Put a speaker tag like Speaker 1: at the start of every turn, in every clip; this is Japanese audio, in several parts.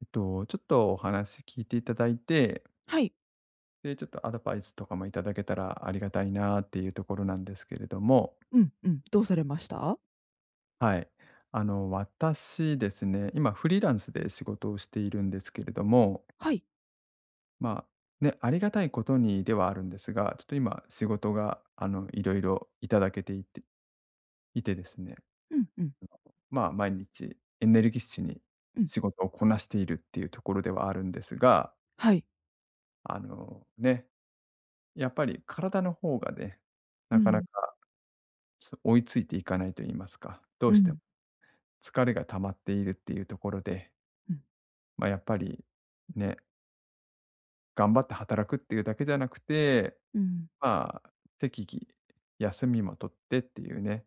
Speaker 1: ちょっとお話聞いていただいて、
Speaker 2: はい。
Speaker 1: で、ちょっとアドバイスとかもいただけたらありがたいなっていうところなんですけれども、
Speaker 2: うんうん。どうされました？
Speaker 1: はい。私ですね、今フリーランスで仕事をしているんですけれども、
Speaker 2: はい。
Speaker 1: まあ、ね、ありがたいことにではあるんですが、ちょっと今仕事が、いろいろいただけていて、いてですね、
Speaker 2: うんうん
Speaker 1: まあ、毎日エネルギッシュに
Speaker 2: うん。
Speaker 1: 仕事をこなしているっていうところではあるんですが、
Speaker 2: はい。
Speaker 1: あのね、やっぱり体の方がね、
Speaker 2: う
Speaker 1: なかな
Speaker 2: ん、
Speaker 1: か、追いついていかないと言いますか、ど
Speaker 2: う
Speaker 1: う
Speaker 2: ん、う
Speaker 1: しても
Speaker 2: ん、
Speaker 1: 疲れが溜まっているっていうところで、
Speaker 2: うん、
Speaker 1: まあ、やっぱりね、頑張って働くっていうだけじゃなくて、まあ、適宜休みも取ってっていうね、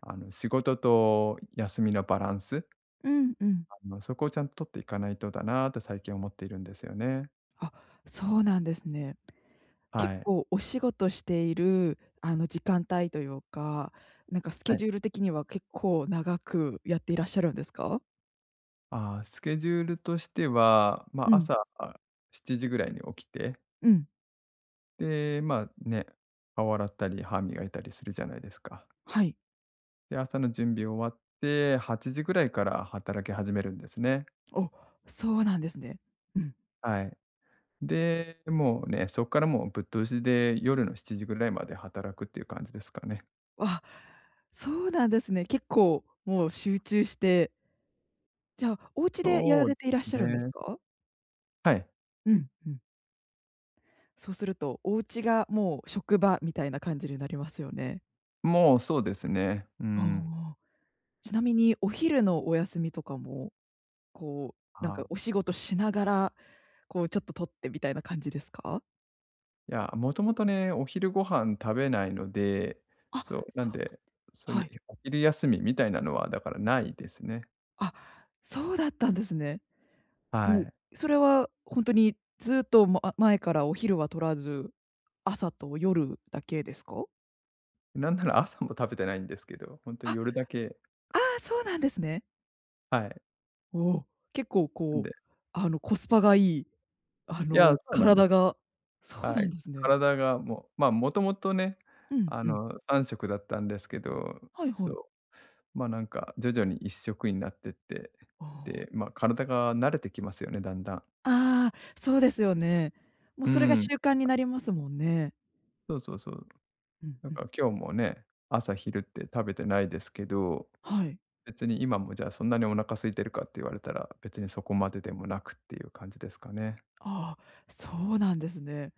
Speaker 1: 仕事と休みのバランス、
Speaker 2: うんうん。
Speaker 1: そこをちゃんと取っていかないとだなと最近思っているんですよね。
Speaker 2: あ、そうなんですね。結
Speaker 1: はい。
Speaker 2: 構お仕事している、時間帯というか、なんかスケ
Speaker 1: はい。
Speaker 2: ジュール的には結構長くやっていらっしゃるんですか？
Speaker 1: あースケジュールとしては、ま
Speaker 2: う
Speaker 1: あ、
Speaker 2: ん、
Speaker 1: 朝7時ぐらいに起きて
Speaker 2: うん、
Speaker 1: で、まあね、顔洗ったり歯磨いたりするじゃないですか。
Speaker 2: はい。
Speaker 1: で、朝の準備終わって、8時ぐらいから働き始めるんですね。
Speaker 2: お、そうなんですね。うん。
Speaker 1: はい。で、もうね、そこからもうぶっ通しで夜の7時ぐらいまで働くっていう感じですかね。
Speaker 2: あ、そうなんですね。結構もう集中して、じゃあ、お家でやら
Speaker 1: そうで
Speaker 2: れていらっし
Speaker 1: す
Speaker 2: ゃるんです
Speaker 1: ね。
Speaker 2: か？
Speaker 1: はい。
Speaker 2: うん、うん。そうすると、お家がもう職場みたいな感じになりますよね。
Speaker 1: もうそうですね。う
Speaker 2: あ
Speaker 1: ん。
Speaker 2: あ。ちなみにお昼のお休みとかも、こなんか
Speaker 1: あ
Speaker 2: お仕事しながら、こうちょっと取ってみたいな感じですか？
Speaker 1: いや、もともとね、お昼ご飯食べないので、そ
Speaker 2: あ、
Speaker 1: う、な
Speaker 2: そ
Speaker 1: ん
Speaker 2: う、
Speaker 1: で、そうい
Speaker 2: はい。
Speaker 1: うお昼休みみたいなのは、だからないですね。
Speaker 2: あ、そうだったんですね。
Speaker 1: は
Speaker 2: も
Speaker 1: い。
Speaker 2: う、それはほんとにずっと、前からお昼は取らず、朝と夜だけですか？
Speaker 1: なんなら朝も食べてないんですけど、ほんと
Speaker 2: あ、
Speaker 1: 夜だけ。
Speaker 2: ああ、そうなんですね。
Speaker 1: はい。
Speaker 2: おお、結構
Speaker 1: ん
Speaker 2: こ
Speaker 1: で
Speaker 2: う、あの、コスパがいいあ
Speaker 1: いや、
Speaker 2: の、
Speaker 1: そうなんで
Speaker 2: 体
Speaker 1: す。
Speaker 2: がそう
Speaker 1: は
Speaker 2: なん
Speaker 1: い。
Speaker 2: ですね。
Speaker 1: 体がもう、まあ、もともとね、
Speaker 2: うんうん。
Speaker 1: 3食だったんですけど、
Speaker 2: はいは
Speaker 1: そ
Speaker 2: い。
Speaker 1: う、まあ、なんか徐々に1食になってって、
Speaker 2: ああ。
Speaker 1: で、まあ、体が慣れてきますよね、だんだん。
Speaker 2: ああ、そうですよね。もう
Speaker 1: う
Speaker 2: それが
Speaker 1: ん、
Speaker 2: 習慣になりますもんね。
Speaker 1: そうそうそう。
Speaker 2: うん
Speaker 1: だ
Speaker 2: うん。
Speaker 1: から今日もね、朝昼って食べてないですけど、
Speaker 2: はい。
Speaker 1: 別に今もじゃあそんなにお腹空いてるかって言われたら、別にそこまででもなくっていう感じですかね。
Speaker 2: ああ、そうなんですね。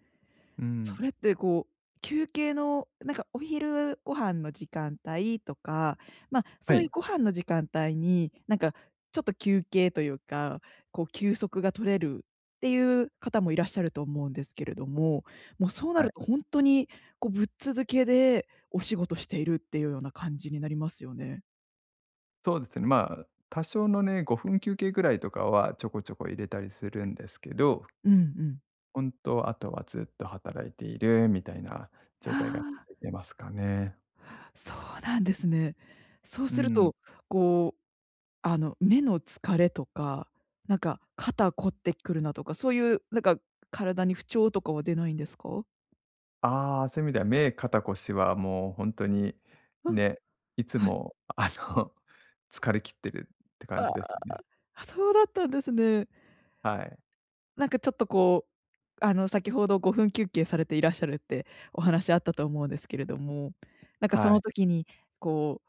Speaker 1: うん。
Speaker 2: それってこう、休憩のなんかお昼ご飯の時間帯とか、まあ、
Speaker 1: は
Speaker 2: そういう
Speaker 1: い。
Speaker 2: ご飯の時間帯に、なんかちょっと休憩というか、こう休息が取れるっていう方もいらっしゃると思うんですけれども、もうそうな
Speaker 1: は
Speaker 2: る
Speaker 1: い。
Speaker 2: とほんとにこうぶっ続けでお仕事しているっていうような感じになりますよね。
Speaker 1: そうですね、まあ、多少のね、5分休憩ぐらいとかはちょこちょこ入れたりするんですけど、
Speaker 2: うんうん。
Speaker 1: 本当、あとはずっと働いているみたいな状
Speaker 2: は
Speaker 1: 態が続い
Speaker 2: あ。
Speaker 1: てますかね。
Speaker 2: そうなんですね。そう
Speaker 1: う
Speaker 2: する
Speaker 1: ん。
Speaker 2: と、こう、目の疲れとか、なんか肩凝ってくるなとか、そういうなんか体に不調とかは出ないんですか？
Speaker 1: ああ、そういう意味では目、肩、腰はもう本当に
Speaker 2: あ、
Speaker 1: ね、いつ
Speaker 2: はい。
Speaker 1: も の、疲れ切ってるって感じですね。
Speaker 2: あ、そうだったんですね。
Speaker 1: はい。
Speaker 2: なんかちょっとこう、先ほど5分休憩されていらっしゃるってお話あったと思うんですけれども、なんかそ
Speaker 1: は
Speaker 2: の
Speaker 1: い。
Speaker 2: 時にこう、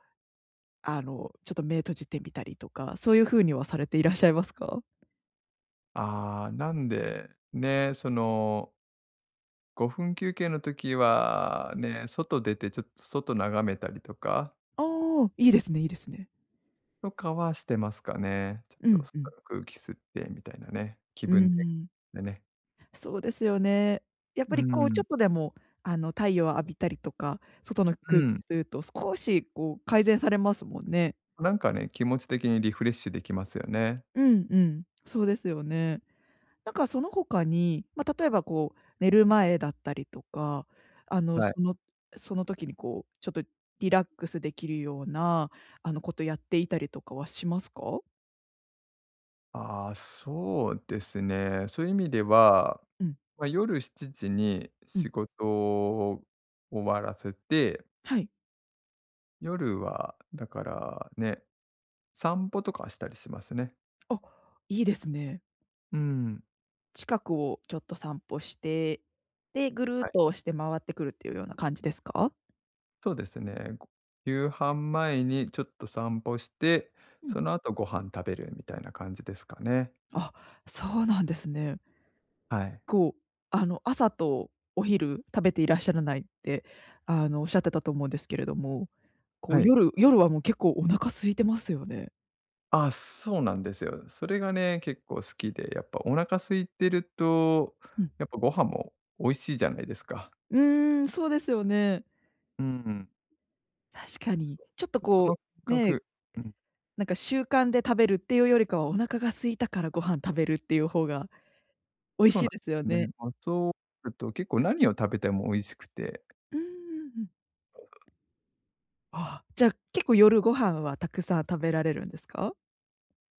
Speaker 2: ちょっと目閉じてみたりとか、そういう風にはされていらっしゃいますか？
Speaker 1: ああ、なんで、ね、その、5分休憩の時はね、外出てちょっと外眺めたりとか
Speaker 2: ああ、いいですねいいですね。
Speaker 1: はしてますかね。ちょ
Speaker 2: う
Speaker 1: っと
Speaker 2: んう
Speaker 1: 外
Speaker 2: ん。
Speaker 1: の空気吸ってみたいなね、気
Speaker 2: うー
Speaker 1: 分転換
Speaker 2: ん。
Speaker 1: でね。
Speaker 2: そうですよね。やっぱ
Speaker 1: う
Speaker 2: りこうちょ
Speaker 1: ん、
Speaker 2: っとでも、太陽を浴びたりとか、外の
Speaker 1: う
Speaker 2: 空気
Speaker 1: ん。
Speaker 2: 吸うと少しこう改善されますもんね。
Speaker 1: なんかね、気持ち的にリフレッシュできますよね。
Speaker 2: うんうん、そうですよね。なんかその他に、まあ、例えばこう寝る前だったりとか、あの、
Speaker 1: はい。
Speaker 2: そのその時にこうちょっとリラックスできるような、ことやっていたりとかはしますか？
Speaker 1: ああ、そうですね。そういう意味では、
Speaker 2: うん、
Speaker 1: まあ、夜7時に
Speaker 2: う
Speaker 1: 仕
Speaker 2: ん、
Speaker 1: 事を終わらせて、
Speaker 2: はい。
Speaker 1: 夜はだからね、散歩とかしたりしますね。
Speaker 2: あ、いいですね。
Speaker 1: うん。
Speaker 2: 近くをちょっと散歩して、で、ぐるっとして回ってくるっていうような感じですか？
Speaker 1: そうですね。夕飯前にちょっと散歩して、
Speaker 2: うん。
Speaker 1: その後ご飯食べるみたいな感じですかね。
Speaker 2: あ、そうなんですね。
Speaker 1: はい。
Speaker 2: こう、朝とお昼食べていらっしゃらないって、おっしゃってたと思うんですけれども、こ
Speaker 1: は
Speaker 2: う、
Speaker 1: い。
Speaker 2: 夜はもう結構お腹空いてますよね？
Speaker 1: あ、そうなんですよ。それがね、結構好きで、やっぱお腹空いてると、
Speaker 2: うん。
Speaker 1: やっぱご飯も美味しいじゃないですか。
Speaker 2: うーん、そうですよね。
Speaker 1: うん。
Speaker 2: 確かに。ちょっと
Speaker 1: その
Speaker 2: こう、
Speaker 1: 感
Speaker 2: ね、
Speaker 1: 覚、うん、
Speaker 2: なんか習慣で食べるっていうよりかは、お腹が空いたからご飯食べるっていう方が美味
Speaker 1: そ
Speaker 2: し
Speaker 1: うな
Speaker 2: い
Speaker 1: ん
Speaker 2: ですよ
Speaker 1: です
Speaker 2: ね。
Speaker 1: ね。まあ、そうすると結構何を食べても美味しくて、
Speaker 2: うんうんうん。あ、じゃ、あ結構夜ご飯はたくさん食べられるんですか？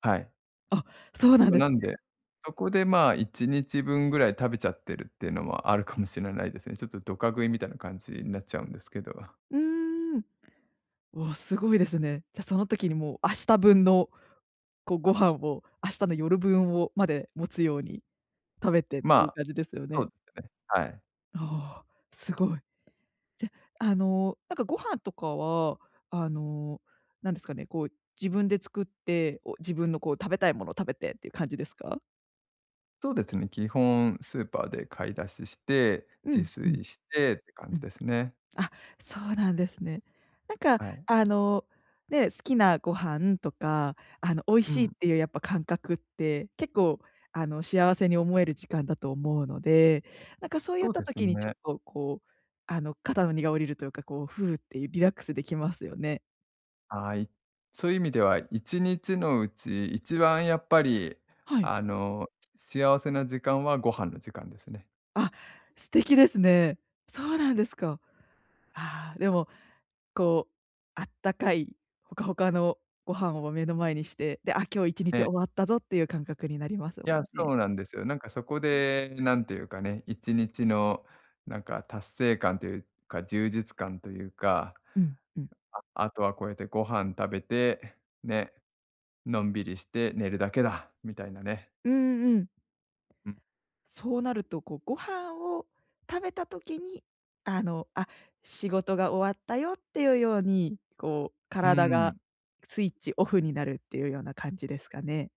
Speaker 1: はい。
Speaker 2: あ、そうなんです。
Speaker 1: なんで、そこでまあ、1日分ぐらい食べちゃってるっていうのもあるかもしれないですね。ちょっとドカ食いみたいな感じになっちゃうんですけど。
Speaker 2: うーん。おすごいですね。じゃ、その時にもう明日分の、こう、ご飯を、明日の夜分をまで持つように食べてっ
Speaker 1: ま
Speaker 2: ていう
Speaker 1: あ、
Speaker 2: 感じですよ
Speaker 1: そう
Speaker 2: ね。
Speaker 1: ですね。はい。
Speaker 2: ああ、すごい。なんかご飯とかは、あの、なんですかね、こう、自分で作って、お自分のこう、食べたいものを食べてっていう感じですか？
Speaker 1: そうですね、基本スーパーで買い出しして、
Speaker 2: う
Speaker 1: 自
Speaker 2: ん、うん、
Speaker 1: 炊してって感
Speaker 2: う
Speaker 1: じ
Speaker 2: ん。
Speaker 1: ですね。
Speaker 2: あ、そうなんですね。なんか
Speaker 1: はい。
Speaker 2: あの、ね、好きなご飯とか、美味
Speaker 1: う
Speaker 2: しいっ
Speaker 1: ん、
Speaker 2: ていうやっぱ感覚って、結構幸せに思える時間だと思うので、なんかそうい
Speaker 1: そ
Speaker 2: っ
Speaker 1: う
Speaker 2: た
Speaker 1: です
Speaker 2: 時にちょ
Speaker 1: ね。
Speaker 2: っとこう、肩の荷が下りるというか、こう、ふうっていうリラックスできますよね。
Speaker 1: はい。そういう意味では、1日のうち一番やっぱり、
Speaker 2: はい。
Speaker 1: あの、幸せな時間はご飯の時間ですね。
Speaker 2: あ、素敵ですね。そうなんですか。ああ、でもこう、あったかいほかほかのご飯を目の前にして、で、あ、今日1日
Speaker 1: え。
Speaker 2: 終わったぞっていう感覚になります
Speaker 1: い
Speaker 2: も
Speaker 1: や、
Speaker 2: んね。
Speaker 1: そうなんですよ。なんかそこで、なんていうかね、1日のなんか達成感というか、充実感というか、
Speaker 2: うん、うん。
Speaker 1: ああとはこうやってご飯食べて、ね、のんびりして寝るだけだみたいなね。
Speaker 2: うんうん。
Speaker 1: うん、
Speaker 2: そうなると、こう、ご飯を食べた時に、あ、仕事が終わったよっていうように、こう、
Speaker 1: う
Speaker 2: 体が
Speaker 1: ん、
Speaker 2: スイッチオフになるっていうような感じですかね。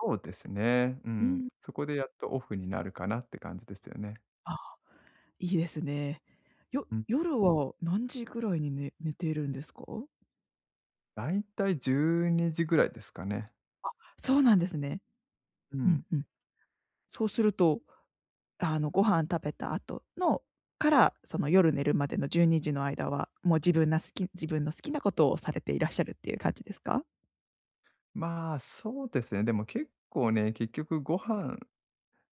Speaker 1: そうですね。う
Speaker 2: う
Speaker 1: ん。
Speaker 2: ん。
Speaker 1: そこでやっとオフになるかなって感じですよね。
Speaker 2: あ、いいですね。よ
Speaker 1: うん。
Speaker 2: 夜は何時ぐらいにね寝てるんですか？
Speaker 1: だいたい12時ぐらいですかね。
Speaker 2: そうなんですね。
Speaker 1: う
Speaker 2: うん
Speaker 1: ん。
Speaker 2: うん。そうするとご飯食べた後のから、その夜寝るまでの12時の間は、もう自分の好きなことをされていらっしゃるっていう感じですか？
Speaker 1: まあ、そうですね。でも結構ね、結局ご飯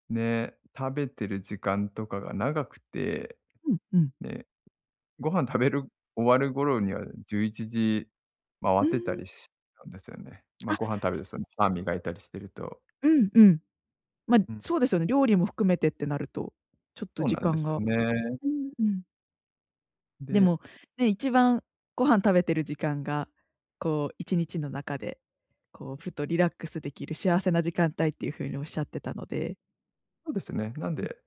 Speaker 1: ね、食べてる時間とかが長くて、
Speaker 2: うんうん。
Speaker 1: ね、ご飯食べる終わる頃には11時回
Speaker 2: う
Speaker 1: っ
Speaker 2: ー
Speaker 1: てた
Speaker 2: ん。
Speaker 1: りしたんですよね。まあ、
Speaker 2: あ、
Speaker 1: ご飯食べて、その、歯磨いたりしてると。
Speaker 2: うんうん。ま、
Speaker 1: うん、
Speaker 2: そうですよね、料理も含めてってなると、ちょっと
Speaker 1: そう
Speaker 2: 時
Speaker 1: なんで
Speaker 2: 間
Speaker 1: すよ
Speaker 2: が
Speaker 1: ね。
Speaker 2: うんうん。で
Speaker 1: で、
Speaker 2: も、ね、一番ご飯食べてる時間が、こう1日の中で、こうふとリラックスできる幸せな時間帯っていう風におっしゃってたので。
Speaker 1: そうですね、なん
Speaker 2: う
Speaker 1: で、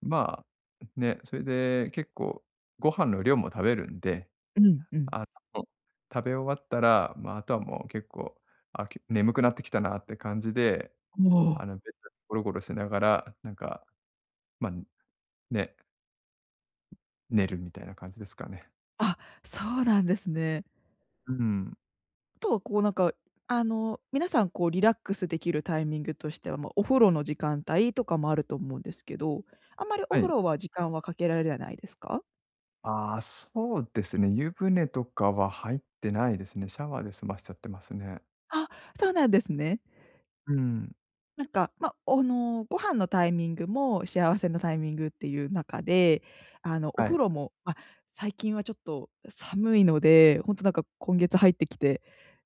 Speaker 1: まあ、ね、それで結構ご飯の量も食べるんで、
Speaker 2: んうんうん。
Speaker 1: あの、食べ終わったら、まあ、あとはもう結構、眠くなってきたなって感じで、
Speaker 2: おお。
Speaker 1: ベッドでゴロゴロしながら、なんか、まあで、寝るみたいな感じですかね。
Speaker 2: あ、そうなんですね。
Speaker 1: うん。
Speaker 2: とはこうなんか、皆さんこうリラックスできるタイミングとしては、まあ、お風呂の時間帯とかもあると思うんですけど、あんまりお
Speaker 1: は
Speaker 2: 風
Speaker 1: い。
Speaker 2: 呂は時間はかけられないですか？
Speaker 1: ああ、そうですね。湯船とかは入ってないですね。シャワーで済ましちゃってますね。
Speaker 2: あ、そうなんですね。
Speaker 1: うん。
Speaker 2: なんか、ま、ご飯のタイミングも幸せのタイミングっていう中で、お
Speaker 1: は
Speaker 2: 風
Speaker 1: い、
Speaker 2: 呂も、ま、最近はちょっと寒いので、ほんとなんか今月入ってきて、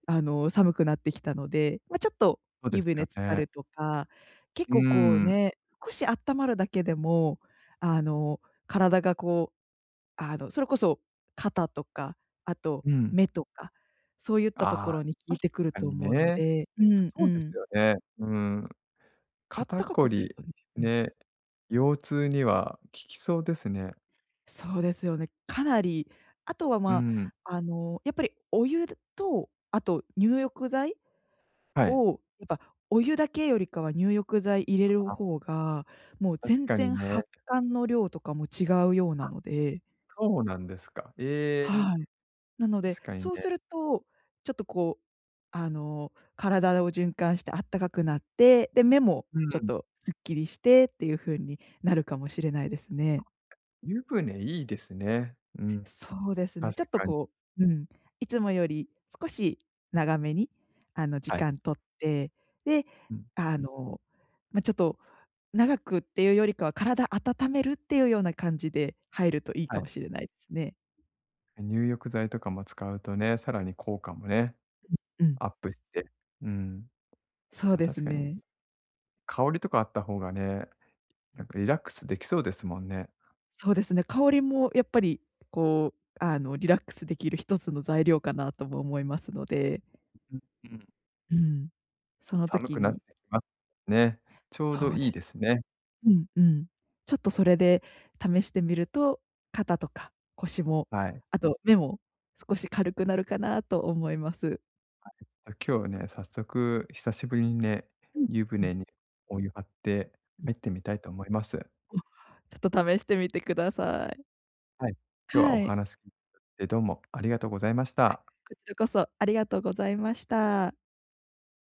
Speaker 2: 寒くなってきたので、ま、ちょっと
Speaker 1: そうで
Speaker 2: 湯
Speaker 1: す
Speaker 2: 船
Speaker 1: よ
Speaker 2: 浸か
Speaker 1: ね。
Speaker 2: るとか、結
Speaker 1: うー
Speaker 2: 構こう
Speaker 1: ん。
Speaker 2: ね、少しあったまるだけでも、あの、体がこう、それこそ肩とか、あと
Speaker 1: うん。
Speaker 2: 目とか、そういったと
Speaker 1: あ
Speaker 2: こ
Speaker 1: あ、
Speaker 2: ろに効い
Speaker 1: 確
Speaker 2: てくる
Speaker 1: か
Speaker 2: と
Speaker 1: に
Speaker 2: 思うの
Speaker 1: ね。
Speaker 2: でうんう
Speaker 1: そうです
Speaker 2: ん。
Speaker 1: よね。うーん。
Speaker 2: あっ
Speaker 1: 肩
Speaker 2: たかく
Speaker 1: こ
Speaker 2: する
Speaker 1: り、
Speaker 2: とね、うん、
Speaker 1: ね、腰痛には効きそうですね。
Speaker 2: そうですよね。かなり、あとは、
Speaker 1: う
Speaker 2: ま
Speaker 1: ん。
Speaker 2: あ、やっぱりお湯と、あと入浴剤
Speaker 1: はい。
Speaker 2: を、やっぱお湯だけよりかは入浴剤入れる
Speaker 1: あ、
Speaker 2: 方が、もう
Speaker 1: 確
Speaker 2: 全
Speaker 1: かに
Speaker 2: 然
Speaker 1: ね。
Speaker 2: 発汗の量とかも違うようなので、
Speaker 1: そうなんですか。ええ、
Speaker 2: はい。なので、
Speaker 1: 確かにね。
Speaker 2: そうすると、ちょっとこう、体を循環してあったかくなって、で、目も
Speaker 1: う
Speaker 2: ちょっ
Speaker 1: ん。
Speaker 2: とすっきりしてっていう風になるかもしれないですね。
Speaker 1: 湯船いいですね。うん、
Speaker 2: そうですね。
Speaker 1: 確
Speaker 2: ちょっと
Speaker 1: かに。
Speaker 2: こう、うん、いつもより少し長めに、時
Speaker 1: はい。
Speaker 2: 間取って、で、
Speaker 1: うん、
Speaker 2: あの、ちょっと長くっていうよりかは、体温めるっていうような感じで入るといい
Speaker 1: は
Speaker 2: か
Speaker 1: い。
Speaker 2: もしれないですね。
Speaker 1: 入浴剤とかも使うとね、さらに効果もね、
Speaker 2: うん、
Speaker 1: アップして。うん。
Speaker 2: そう
Speaker 1: まあ、
Speaker 2: です
Speaker 1: 確かに、
Speaker 2: ね。
Speaker 1: 香りとかあった方がね、なんかリラックスできそうですもんね。
Speaker 2: そうですね、香りもやっぱり、こう、リラックスできる一つの材料かなとも思いますので、
Speaker 1: うんうん。
Speaker 2: うん、その
Speaker 1: 寒
Speaker 2: 時
Speaker 1: くなっ
Speaker 2: に
Speaker 1: てきますね。ちょうど
Speaker 2: そう
Speaker 1: い
Speaker 2: で
Speaker 1: いですね。
Speaker 2: すねうんうん。ちょっとそれで試してみると、肩とか腰も、
Speaker 1: はい。ち
Speaker 2: あと目も少し軽くなるかなと思います。
Speaker 1: ょっと今日ね、早速久しぶりにね、
Speaker 2: うん、
Speaker 1: 湯
Speaker 2: うん、
Speaker 1: 船にお湯張って入ってみたいと思います。
Speaker 2: お、ちょっと試してみてください。
Speaker 1: はい。今日はお
Speaker 2: はい。
Speaker 1: 話聞いてどうもありがとうございました。
Speaker 2: こちらこそありがとうございました。